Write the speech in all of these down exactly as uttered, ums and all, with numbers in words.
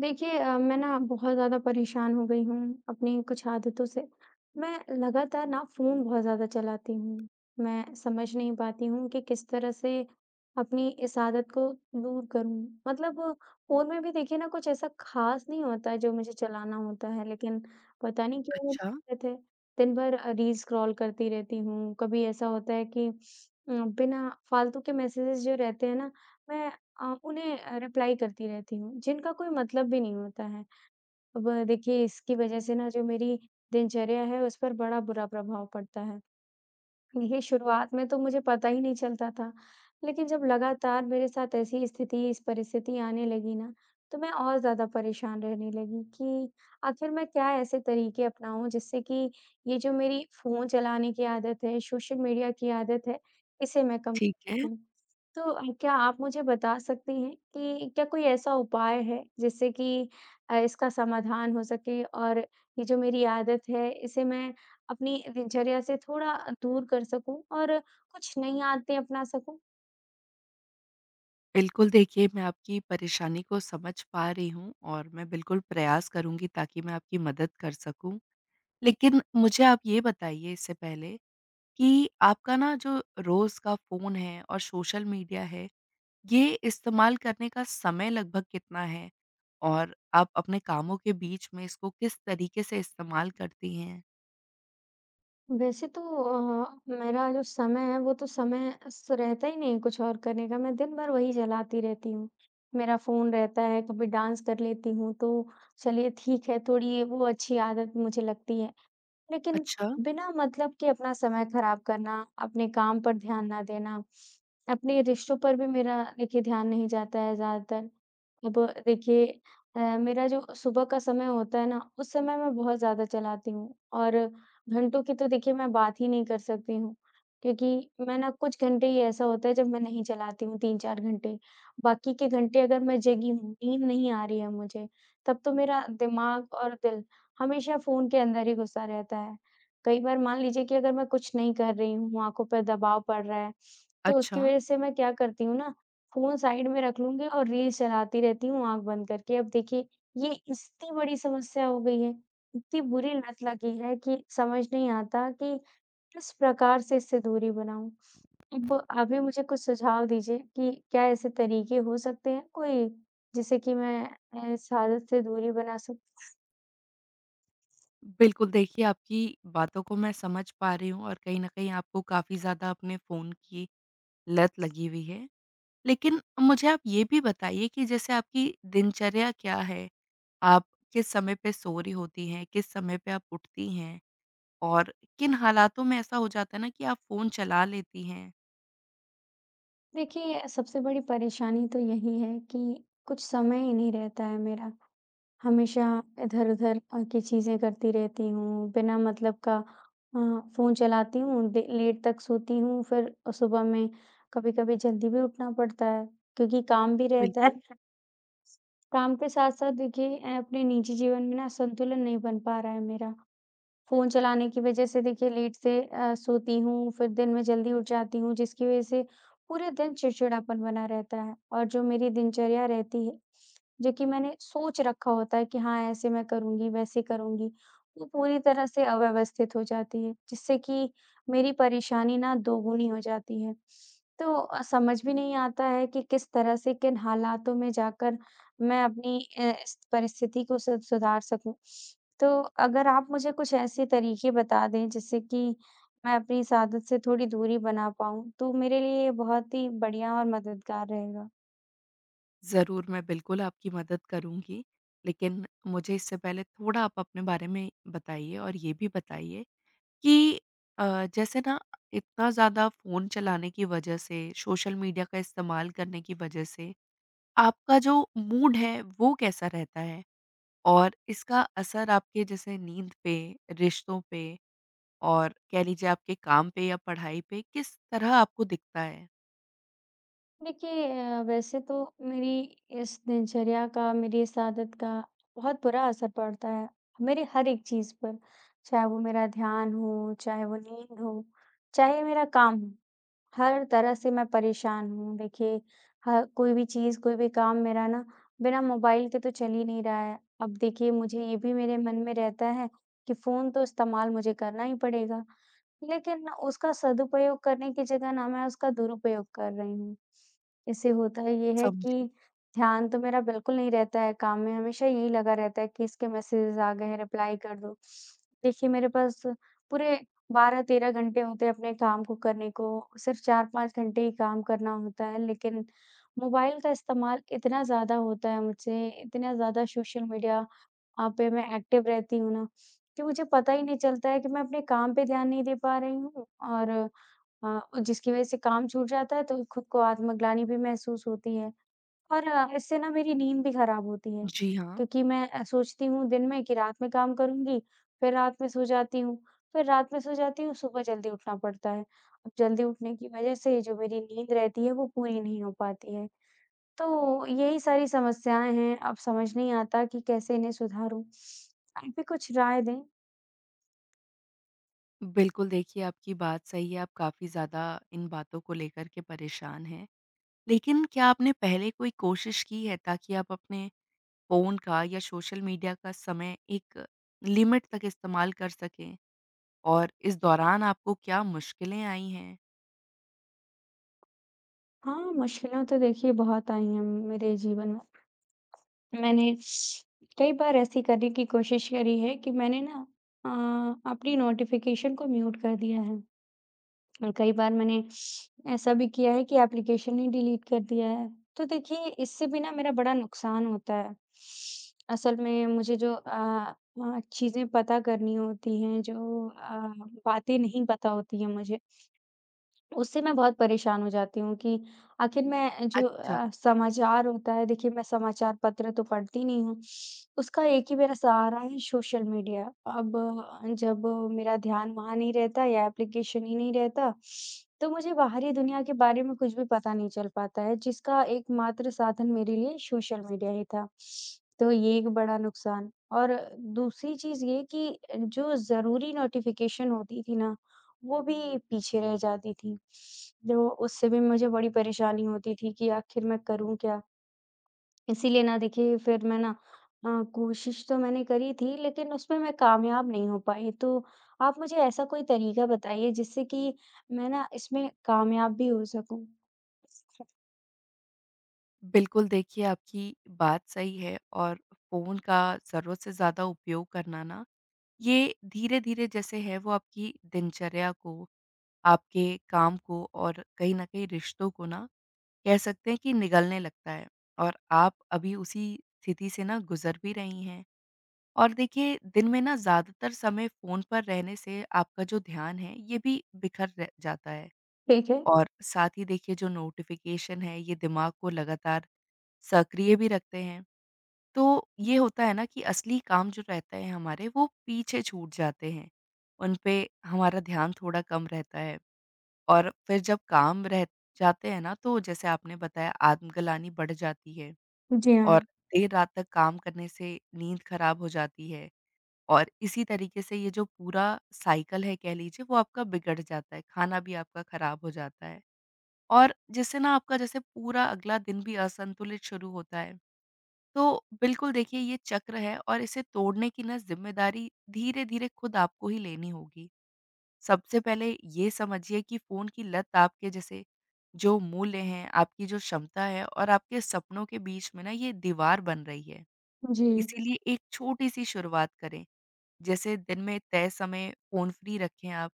देखिए अ, मैं ना बहुत ज़्यादा परेशान हो गई हूँ अपनी कुछ आदतों से। मैं लगातार ना फ़ोन बहुत ज़्यादा चलाती हूँ। मैं समझ नहीं पाती हूँ कि किस तरह से अपनी इस आदत को दूर करूँ। मतलब फ़ोन में भी देखिए ना कुछ ऐसा ख़ास नहीं होता है जो मुझे चलाना होता है लेकिन पता नहीं क्यों वो अच्छा, आदत है। दिन भर अ, रील स्क्रॉल करती रहती हूँ। कभी ऐसा होता है कि अ, बिना फ़ालतू के मैसेजेस जो रहते हैं ना मैं अ, उन्हें अ, रिप्लाई करती रहती हूँ, जिनका कोई मतलब भी नहीं होता है। अब देखिए इसकी वजह से ना जो मेरी दिनचर्या है उस पर बड़ा बुरा प्रभाव पड़ता है। देखिए, शुरुआत में तो मुझे पता ही नहीं चलता था, लेकिन जब लगातार मेरे साथ ऐसी स्थिति इस परिस्थिति आने लगी ना, तो मैं और ज़्यादा परेशान रहने लगी कि आखिर मैं क्या ऐसे तरीके अपनाऊँ जिससे कि ये जो मेरी फ़ोन चलाने की आदत है, सोशल मीडिया की आदत है, इसे मैं कम ठीक कर है। सकूँ। तो अ, क्या आप मुझे बता सकती हैं कि क्या कोई ऐसा उपाय है जिससे कि अ, इसका समाधान हो सके और ये जो मेरी आदत है, इसे मैं अपनी दिनचर्या से थोड़ा दूर कर सकूँ और कुछ नई आदतें अपना सकूँ। बिल्कुल देखिए, मैं आपकी परेशानी को समझ पा रही हूँ और मैं बिल्कुल प्रयास करूँगी ताकि मैं आपकी मदद कर सकूँ। लेकिन मुझे आप ये बताइए इससे पहले कि आपका ना जो रोज़ का फ़ोन है और सोशल मीडिया है, ये इस्तेमाल करने का समय लगभग कितना है? और आप अपने कामों के बीच में इसको किस तरीके से इस्तेमाल करती हैं? वैसे तो अ, मेरा जो समय है वो तो समय स रहता ही नहीं है कुछ और करने का, मैं दिन भर वही चलाती रहती हूँ। मेरा फ़ोन रहता है, कभी डांस कर लेती हूँ, तो चलिए ठीक है, थोड़ी ये वो अच्छी आदत मुझे लगती है। लेकिन अच्छा, बिना मतलब के अपना समय खराब करना, अपने काम पर ध्यान ना देना, अपने रिश्तों पर भी मेरा देखिए ध्यान नहीं जाता है ज़्यादातर। अब देखिए अ, मेरा जो सुबह का समय होता है ना, उस समय मैं बहुत ज़्यादा चलाती हूँ और घंटों की तो देखिए मैं बात ही नहीं कर सकती हूँ, क्योंकि मैं ना कुछ घंटे ही ऐसा होता है जब मैं नहीं चलाती हूँ तीन चार घंटे। बाकी के घंटे अगर मैं जगी हूँ, नींद नहीं आ रही है मुझे, तब तो मेरा दिमाग और दिल हमेशा फ़ोन के अंदर ही घुसा रहता है। कई बार मान लीजिए कि अगर मैं कुछ नहीं कर रही हूँ, आँखों पर दबाव पड़ रहा है, तो अच्छा। उसकी वज़ह से मैं क्या करती हूँ ना, फ़ोन साइड में रख लूँगी और रील्स चलाती रहती हूँ आँख बंद करके। अब देखिए, ये इतनी बड़ी समस्या हो गई है, इतनी बुरी लत लगी है कि समझ नहीं आता कि किस प्रकार से इससे दूरी बनाऊँ। अब आप ही मुझे कुछ सुझाव दीजिए कि क्या ऐसे तरीके हो सकते हैं कोई, जिससे कि मैं अ, इस आदत से दूरी बना सकूँ? बिल्कुल, देखिए आपकी बातों को मैं समझ पा रही हूँ और कहीं न कहीं आपको काफ़ी ज़्यादा अपने फ़ोन की लत लगी हुई है। लेकिन मुझे आप ये भी बताइए कि जैसे आपकी दिनचर्या क्या है? आप किस समय पे सो रही होती हैं? किस समय पे आप उठती हैं? और किन हालातों में ऐसा हो जाता है ना कि आप फ़ोन चला लेती हैं? देखिए, सबसे बड़ी परेशानी तो यही है कि कुछ समय ही नहीं रहता है मेरा। हमेशा इधर-उधर अ, की चीज़ें करती रहती हूँ, बिना मतलब का अ, फ़ोन चलाती हूँ, दे लेट तक सोती हूँ, फिर सुबह में कभी-कभी जल्दी भी उठना पड़ता है, क्योंकि काम भी रहता है। बिल्कुल, काम के साथ-साथ देखिए अ, अपने निजी जीवन में ना संतुलन नहीं बन पा रहा है मेरा। फ़ोन चलाने की वजह से देखिए लेट से अ, सोती हूँ, फिर दिन में जल्दी उठ जाती हूँ, जिसकी वजह से पूरे दिन चिड़चिड़ापन बना रहता है। और जो मेरी दिनचर्या रहती है, जो कि मैंने सोच रखा होता है कि हाँ, ऐसे मैं करूँगी, वैसे करूँगी, वो पूरी तरह से अव्यवस्थित हो जाती है, जिससे कि मेरी परेशानी ना दोगुनी हो जाती है। तो अ, समझ भी नहीं आता है कि किस तरह से, किन हालातों में जाकर मैं अपनी अ, इस परिस्थिति को सु सुधार सकूँ। तो अगर आप मुझे कुछ ऐसे तरीके बता दें जिससे कि मैं अपनी इस आदत से थोड़ी दूरी बना पाऊँ, तो मेरे लिए ये बहुत ही बढ़िया और मददगार रहेगा। ज़रूर मैं बिल्कुल आपकी मदद करूँगी। लेकिन मुझे इससे पहले थोड़ा आप अपने बारे में बताइए और ये भी बताइए कि अ, जैसे ना इतना ज़्यादा फ़ोन चलाने की वजह से, सोशल मीडिया का इस्तेमाल करने की वजह से आपका जो मूड है वो कैसा रहता है? और इसका असर आपके जैसे नींद पे, रिश्तों पे और कह लीजिए आपके काम पे या पढ़ाई पे किस तरह आपको दिखता है? देखिए अ, वैसे तो मेरी इस दिनचर्या का, मेरी इस आदत का बहुत बुरा असर पड़ता है, मेरी हर एक चीज़ पर। चाहे वो मेरा ध्यान हो, चाहे वो नींद हो, चाहे मेरा काम हो। हर तरह से मैं परेशान हूँ। देखिए, ह कोई भी चीज़, कोई भी काम मेरा ना बिना मोबाइल के तो चल ही नहीं रहा है। अब देखिए, मुझे ये भी मेरे मन में रहता है कि फ़ोन तो इस्तेमाल मुझे करना ही पड़ेगा। लेकिन ना उसका सदुपयोग करने की जगह ना मैं उसका दुरुपयोग कर रही हूँ। इससे होता ये है कि समझी। ध्यान तो मेरा बिल्कुल नहीं रहता है काम में, हमेशा यही लगा रहता है कि इसके मैसेजेस आ गए हैं, रिप्लाई कर दो। देखिए मेरे पास पूरे बारह तेरह घंटे होते हैं अपने काम को करने को, सिर्फ़ चार पाँच घंटे ही काम करना होता है, लेकिन मोबाइल का इस्तेमाल इतना ज़्यादा होता है मुझसे, इतना ज़्यादा सोशल मीडिया अ, पे मैं एक्टिव रहती हूँ ना, कि मुझे पता ही नहीं चलता है कि मैं अपने काम पे ध्यान नहीं दे पा रही हूँ और अ, जिसकी वज़ह से काम छूट जाता है तो खुद को आत्मग्लानि भी महसूस होती है। और अ, इससे ना मेरी नींद भी खराब होती है, जी हाँ, क्योंकि मैं अ, सोचती हूँ दिन में कि रात में काम करूँगी, फिर रात में सो जाती हूँ, फिर रात में सो जाती हूँ, सुबह जल्दी उठना पड़ता है। अब जल्दी उठने की वज़ह से जो मेरी नींद रहती है वो पूरी नहीं हो पाती है। तो यही सारी समस्याएँ हैं, अब समझ नहीं आता कि कैसे इन्हें सुधारूँ? आप भी कुछ राय दें। बिल्कुल देखिए आपकी बात सही है, आप काफ़ी ज़्यादा इन बातों को लेकर के परेशान हैं। लेकिन क्या आपने पहले कोई कोशिश की है ताकि आप अपने फ़ोन का या सोशल मीडिया का समय एक लिमिट तक इस्तेमाल कर सकें और इस दौरान आपको क्या मुश्किलें आई हैं? हाँ, मुश्किलें तो देखिए बहुत आई हैं मेरे जीवन में। मैंने कई बार ऐसी करने की कोशिश करी है कि मैंने ना अ, अपनी नोटिफ़िकेशन को म्यूट कर दिया है और कई बार मैंने ऐसा भी किया है कि एप्लीकेशन ही डिलीट कर दिया है। तो देखिए इससे भी ना मेरा बड़ा नुकसान होता है। असल में मुझे जो अ अ, चीज़ें पता करनी होती हैं, जो अ, बातें नहीं पता होती हैं मुझे उससे मैं बहुत परेशान हो जाती हूँ कि आखिर मैं जो अच्छा। अ, समाचार होता है देखिए मैं समाचार पत्र तो पढ़ती नहीं हूँ। उसका एक ही मेरा सहारा है सोशल मीडिया। अब अ, जब मेरा ध्यान वहाँ नहीं रहता या एप्लीकेशन ही नहीं रहता, तो मुझे बाहरी दुनिया के बारे में कुछ भी पता नहीं चल पाता है जिसका एकमात्र साधन मेरे लिए सोशल मीडिया ही था। तो ये एक बड़ा नुकसान और दूसरी चीज़ ये कि जो ज़रूरी नोटिफ़िकेशन होती थी ना वो भी पीछे रह जाती थी। जो उससे भी मुझे बड़ी परेशानी होती थी कि आखिर मैं करूँ क्या? इसीलिए ना देखिए फिर मैं ना अ, कोशिश तो मैंने करी थी लेकिन उसमें मैं कामयाब नहीं हो पाई। तो आप मुझे ऐसा कोई तरीका बताइए जिससे कि मैं ना इसमें कामयाब भी हो सकूँ? बिल्कुल, देखिए आपकी बात सही है और फ़ोन का ज़रूरत से ज़्यादा उपयोग करना ना, ये धीरे-धीरे जैसे है वो आपकी दिनचर्या को, आपके काम को और कहीं न कहीं रिश्तों को ना कह सकते हैं कि निगलने लगता है, और आप अभी उसी स्थिति से ना गुज़र भी रही हैं। और देखिए, दिन में ना ज़्यादातर समय फ़ोन पर रहने से आपका जो ध्यान है, ये भी बिखर र जाता है। ठीक है। और साथ ही देखिए जो नोटिफ़िकेशन है, ये दिमाग को लगातार सक्रिय भी रखते हैं। तो ये होता है ना, कि असली काम जो रहते हैं हमारे, वो पीछे छूट जाते हैं। उन पे हमारा ध्यान थोड़ा कम रहता है। और फिर जब काम रह जाते हैं ना, तो जैसे आपने बताया आत्मग्लानि बढ़ जाती है जी और हाँ। देर रात तक काम करने से नींद खराब हो जाती है। और इसी तरीके से ये जो पूरा साइकिल है कह लीजिए, वो आपका बिगड़ जाता है, खाना भी आपका खराब हो जाता है और जिससे ना आपका जैसे पूरा अगला दिन भी असंतुलित शुरू होता है। तो बिल्कुल देखिए ये चक्र है, और इसे तोड़ने की ना ज़िम्मेदारी धीरे-धीरे खुद आपको ही लेनी होगी। सबसे पहले ये समझिए कि फ़ोन की लत आपके जैसे जो मूल्य हैं, आपकी जो क्षमता है और आपके सपनों के बीच में ना ये दीवार बन रही है। जी, इसीलिए एक छोटी-सी शुरुआत करें। जैसे दिन में तय समय फ़ोन फ्री रखें आप,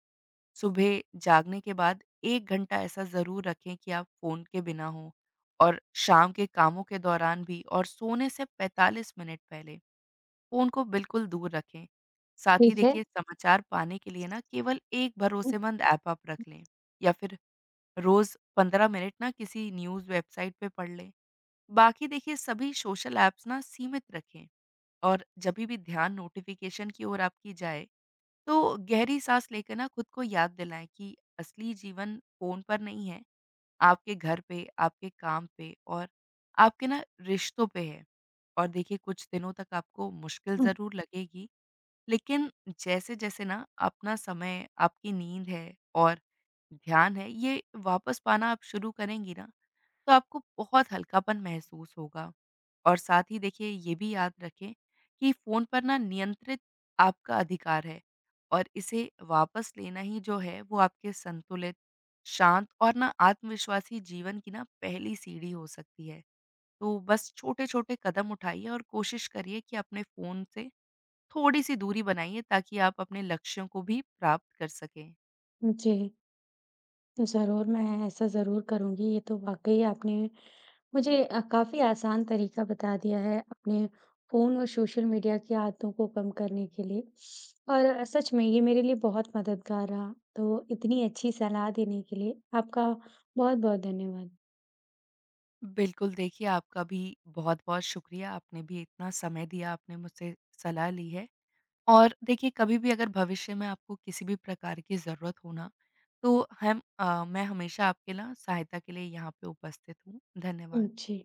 सुबह जागने के बाद एक घंटा ऐसा ज़रूर रखें कि आप फ़ोन के बिना हों, और शाम के कामों के दौरान भी, और सोने से पैंतालीस मिनट पहले फ़ोन को बिल्कुल दूर रखें। साथ ही ठीक है। देखिए समाचार पाने के लिए ना केवल एक भरोसेमंद ऐप आप रख लें, या फिर रोज़ पंद्रह मिनट ना किसी न्यूज़ वेबसाइट पे पढ़ लें। बाकी देखिए सभी सोशल ऐप्स ना सीमित रखें, और जभी भी ध्यान नोटिफ़िकेशन की ओर आपकी जाए, तो गहरी साँस लेकर ना खुद को याद दिलाएँ कि असली जीवन फ़ोन पर नहीं है, आपके घर पे, आपके काम पे और आपके ना रिश्तों पे है। और देखिए कुछ दिनों तक आपको मुश्किल ज़रूर लगेगी, लेकिन जैसे-जैसे ना अपना समय, आपकी नींद है और ध्यान है, ये वापस पाना आप शुरू करेंगी ना, तो आपको बहुत हल्कापन महसूस होगा। और साथ ही देखिए ये भी याद रखें कि फ़ोन पर ना नियंत्रित आपका अधिकार है, और इसे वापस लेना ही जो है वो आपके संतुलित, शांत और ना आत्मविश्वासी जीवन की ना पहली सीढ़ी हो सकती है। तो बस छोटे-छोटे कदम उठाइए, और कोशिश करिए कि अपने फ़ोन से थोड़ी-सी दूरी बनाइए ताकि आप अपने लक्ष्यों को भी प्राप्त कर सकें। जी, ज़रूर मैं ऐसा ज़रूर करूँगी। ये तो वाक़ई आपने मुझे अ, काफ़ी आसान तरीका बता दिया है अपने फ़ोन और सोशल मीडिया की आदतों को कम करने के लिए और अ, सच में ये मेरे लिए बहुत मददगार रहा। तो इतनी अच्छी सलाह देने के लिए आपका बहुत-बहुत धन्यवाद। बिल्कुल देखिए आपका भी बहुत-बहुत शुक्रिया। आपने भी इतना समय दिया, आपने मुझसे सलाह ली है। और देखिए कभी भी अगर भविष्य में आपको किसी भी प्रकार की ज़रूरत हो ना, तो हम अ, मैं हमेशा आपके ना सहायता के लिए यहाँ पे उपस्थित हूँ। धन्यवाद। जी।